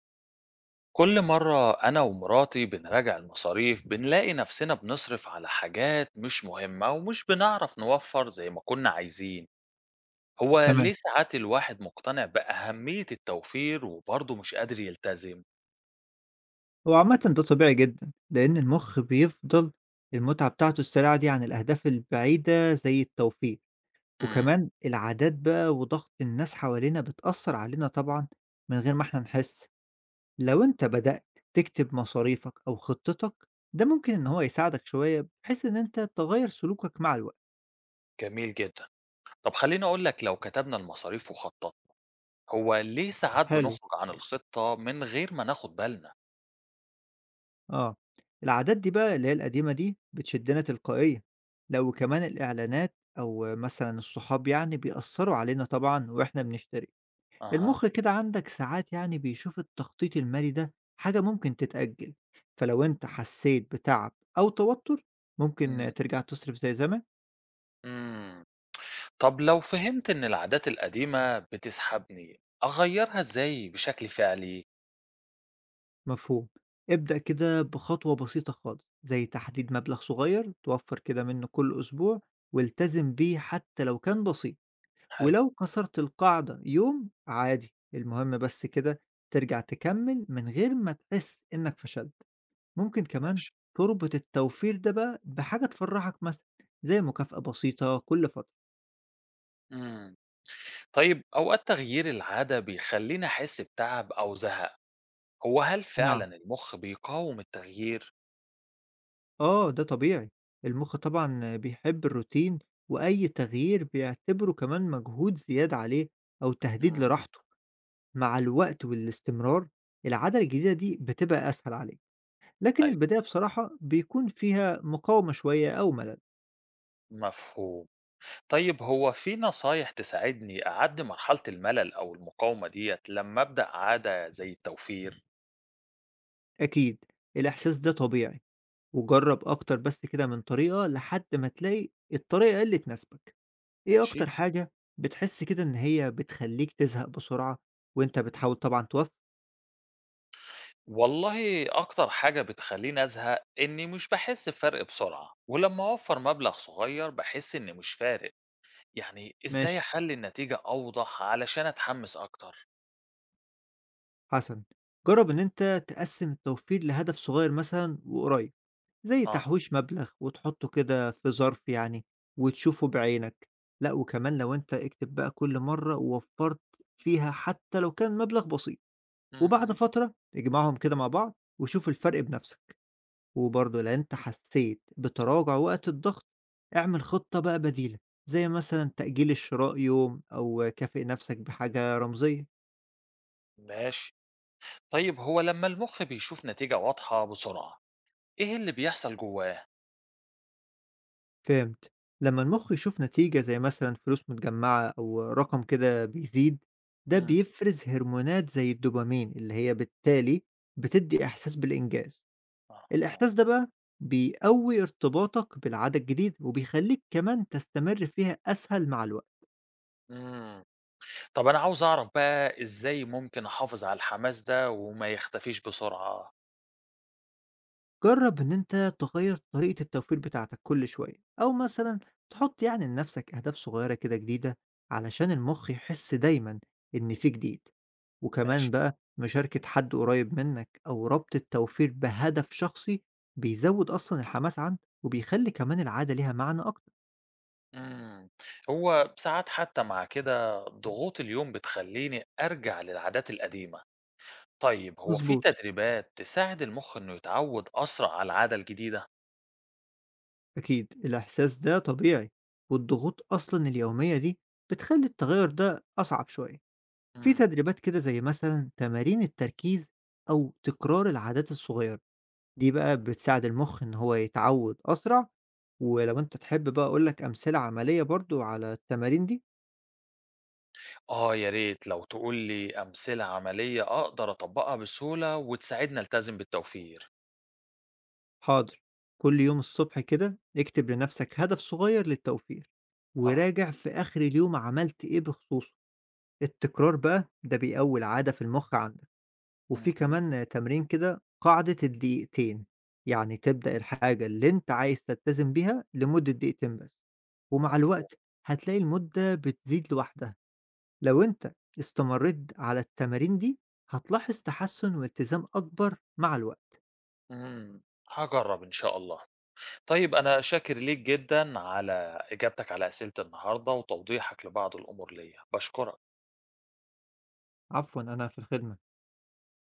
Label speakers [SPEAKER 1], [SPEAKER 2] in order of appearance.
[SPEAKER 1] كل مرة أنا ومراتي بنراجع المصاريف بنلاقي نفسنا بنصرف على حاجات مش مهمة ومش بنعرف نوفر زي ما كنا عايزين. هو
[SPEAKER 2] تمام.
[SPEAKER 1] ليه ساعات الواحد مقتنع بأهمية التوفير وبرضه مش قادر يلتزم؟
[SPEAKER 2] هو عامةً ده طبيعي جدًا، لإن المُخ بيفضل المتعة بتاعته السريعة دي عن الأهداف البعيدة زي التوفيق،
[SPEAKER 1] امم.
[SPEAKER 2] وكمان العادات بقى وضغط الناس حوالينا بتأثّر علينا طبعًا من غير ما إحنا نحس. لو أنت بدأت تكتب مصاريفك أو خطتك، ده ممكن إن هو يساعدك شوية بحيث إن أنت تغيّر سلوكك مع الوقت.
[SPEAKER 1] جميل جدا. طب خليني أقول لك، لو كتبنا المصاريف وخططنا، هو ليه ساعات
[SPEAKER 2] حلو.
[SPEAKER 1] بنخرج عن الخطة من غير ما ناخد بالنا؟
[SPEAKER 2] آه، العادات دي بقى اللي هي القديمة دي بتشدنا تلقائيا، لو كمان الإعلانات أو مثلًا الصحاب يعني بيأثّروا علينا طبعًا وإحنا بنشتري،
[SPEAKER 1] أها.
[SPEAKER 2] المُخ كده عندك ساعات يعني بيشوف التخطيط المالي ده حاجة ممكن تتأجّل، فلو أنت حسّيت بتعب أو توتُّر
[SPEAKER 1] امم.
[SPEAKER 2] ممكن ترجع تصرف زي زمان،
[SPEAKER 1] امم. طب لو فهمت إن العادات القديمة بتسحبني، أغيرها إزاي بشكل فعلي؟
[SPEAKER 2] مفهوم، ابدأ كده بخطوة بسيطة خالص، زي تحديد مبلغ صغير توفّر كده منّه كل أسبوع والتزم بيه حتى لو كان بسيط.
[SPEAKER 1] حلو،
[SPEAKER 2] ولو كسرت القاعدة يوم عادي، المهم بس كده ترجع تكمّل من غير ما تحس إنّك فشلت. ممكن كمان
[SPEAKER 1] ماشي.
[SPEAKER 2] تربط التوفير ده بقى بحاجة تفرّحك مثلًا، زي مكافأة بسيطة كل فترة
[SPEAKER 1] إمم. طيب أوقات تغيير العادة بيخلّيني أحس بتعب أو زهق، هو هل
[SPEAKER 2] مع
[SPEAKER 1] فعلًا المُخ بيقاوم التغيير؟
[SPEAKER 2] آه، ده طبيعي. المُخ طبعًا بيحب الروتين وأي تغيير بيعتبره كمان مجهود زيادة عليه أو تهديد
[SPEAKER 1] إمم.
[SPEAKER 2] لراحته. مع الوقت والاستمرار، العادة الجديدة دي بتبقى أسهل عليك، لكن
[SPEAKER 1] أيوه،
[SPEAKER 2] البداية بصراحة بيكون فيها مقاومة شوية أو ملل.
[SPEAKER 1] مفهوم. طيب هو في نصايح تساعدني أعدّي مرحلة الملل أو المقاومة ديّة لمّا أبدأ عادة زي التوفير؟
[SPEAKER 2] أكيد، الإحساس ده طبيعي، وجرّب أكتر بس كده من طريقة لحد ما تلاقي الطريقة اللي تناسبك، إيه
[SPEAKER 1] ماشي.
[SPEAKER 2] أكتر حاجة بتحس كده إن هي بتخلّيك تزهق بسرعة وأنت بتحاول طبعًا توفّق؟
[SPEAKER 1] والله أكتر حاجة بتخلّيني أزهق إنّي مش باحس بفرق بسرعة، ولمّا أوفّر مبلغ صغير باحس إن مش فارق، يعني إزاي
[SPEAKER 2] ماشي،
[SPEAKER 1] أخلّي النتيجة أوضح علشان أتحمس أكتر؟
[SPEAKER 2] حسن، جرّب إن أنت تقسّم التوفير لهدف صغير مثلًا وقريب، زي
[SPEAKER 1] آه،
[SPEAKER 2] تحويش مبلغ وتحطّه كده في ظرف يعني وتشوفه بعينك، لأ وكمان لو أنت اكتب بقى كل مرّة ووفّرت فيها حتى لو كان مبلغ بسيط. وبعد
[SPEAKER 1] اهم،
[SPEAKER 2] فترة اجمعهم كده مع بعض وشوف الفرق بنفسك وبرضه لو انت حسيت بتراجع وقت الضغط اعمل خطة بقى بديلة زي مثلا تأجيل الشراء يوم أو كافئ نفسك بحاجة رمزية
[SPEAKER 1] ماشي. طيب هو لمّا المُخ بيشوف نتيجة واضحة بسرعة، إيه اللي بيحصل جوّاه؟
[SPEAKER 2] فهمت. لما المخ يشوف نتيجة زي مثلا فلوس متجمعة أو رقم كده بيزيد ده
[SPEAKER 1] إمم،
[SPEAKER 2] بيفرز هرمونات زي الدوبامين اللي هي بالتالي بتدي إحساس بالإنجاز.
[SPEAKER 1] أها،
[SPEAKER 2] الإحساس ده بقى بيقوي ارتباطك بالعادة الجديدة وبيخليك كمان تستمر فيها أسهل مع الوقت.
[SPEAKER 1] إمم. طَب أنا عاوز أعرف بقى إزاي ممكن أحافظ على الحماس ده وما يختفيش بسرعة؟
[SPEAKER 2] جرب إن أنت تغير طريقة التوفير بتاعتك كل شوية أو مثلا تحط يعني لنفسك أهداف صغيرة كده جديدة علشان المخ يحس دايما إن في جديد، وكمان
[SPEAKER 1] ماشي.
[SPEAKER 2] بقى مشاركة حد قريب منك أو ربط التوفير بهدف شخصي بيزود أصلا الحماس عندك وبيخلي كمان العادة ليها معنى أكتر.
[SPEAKER 1] إمم. هو ساعات حتّى مع كده ضغوط اليوم بتخلّيني أرجع للعادات القديمة. طيب هو في
[SPEAKER 2] مظبوط.
[SPEAKER 1] تدريبات تساعد المُخ إنه يتعوّد أسرع على العادة الجديدة؟
[SPEAKER 2] أكيد الإحساس ده طبيعي، والضغوط أصلا اليومية دي بتخلي التغير ده أصعب شوية. في
[SPEAKER 1] إمم.
[SPEAKER 2] تدريبات كده زي مثلا تمارين التركيز أو تكرار العادات الصغيرة، دي بقى بتساعد المخ إن هو يتعود أسرع، ولو أنت تحب بقى أقولك أمثلة عملية برضو على التمارين دي.
[SPEAKER 1] آه يا ريت لو تقول لي أمثلة عملية أقدر أطبّقها بسهولة وتساعدني ألتزم بالتوفير.
[SPEAKER 2] حاضر. كل يوم الصبح كده اكتب لنفسك هدف صغير للتوفير
[SPEAKER 1] آه،
[SPEAKER 2] وراجع في آخر اليوم عملت إيه بخصوصه. التكرار بقى ده بيقوي العادة في المخ عندك. وفي
[SPEAKER 1] اهم،
[SPEAKER 2] كمان تمرين كده قاعدة الدقيقتين، يعني تبدأ الحاجة اللي أنت عايز تلتزم بيها لمدة دقيقتين بس، ومع
[SPEAKER 1] مفهوم،
[SPEAKER 2] الوقت هتلاقي المدة بتزيد لوحدها، لو أنت استمريت على التمارين دي هتلاحظ تحسن والتزام أكبر مع الوقت،
[SPEAKER 1] إمم، هاجرّب إن شاء الله. طيب أنا شاكر ليك جدًا على إجابتك على أسئلة النهارده وتوضيحك لبعض الأمور ليّا، باشكرك.
[SPEAKER 2] عفوا أنا في الخدمة.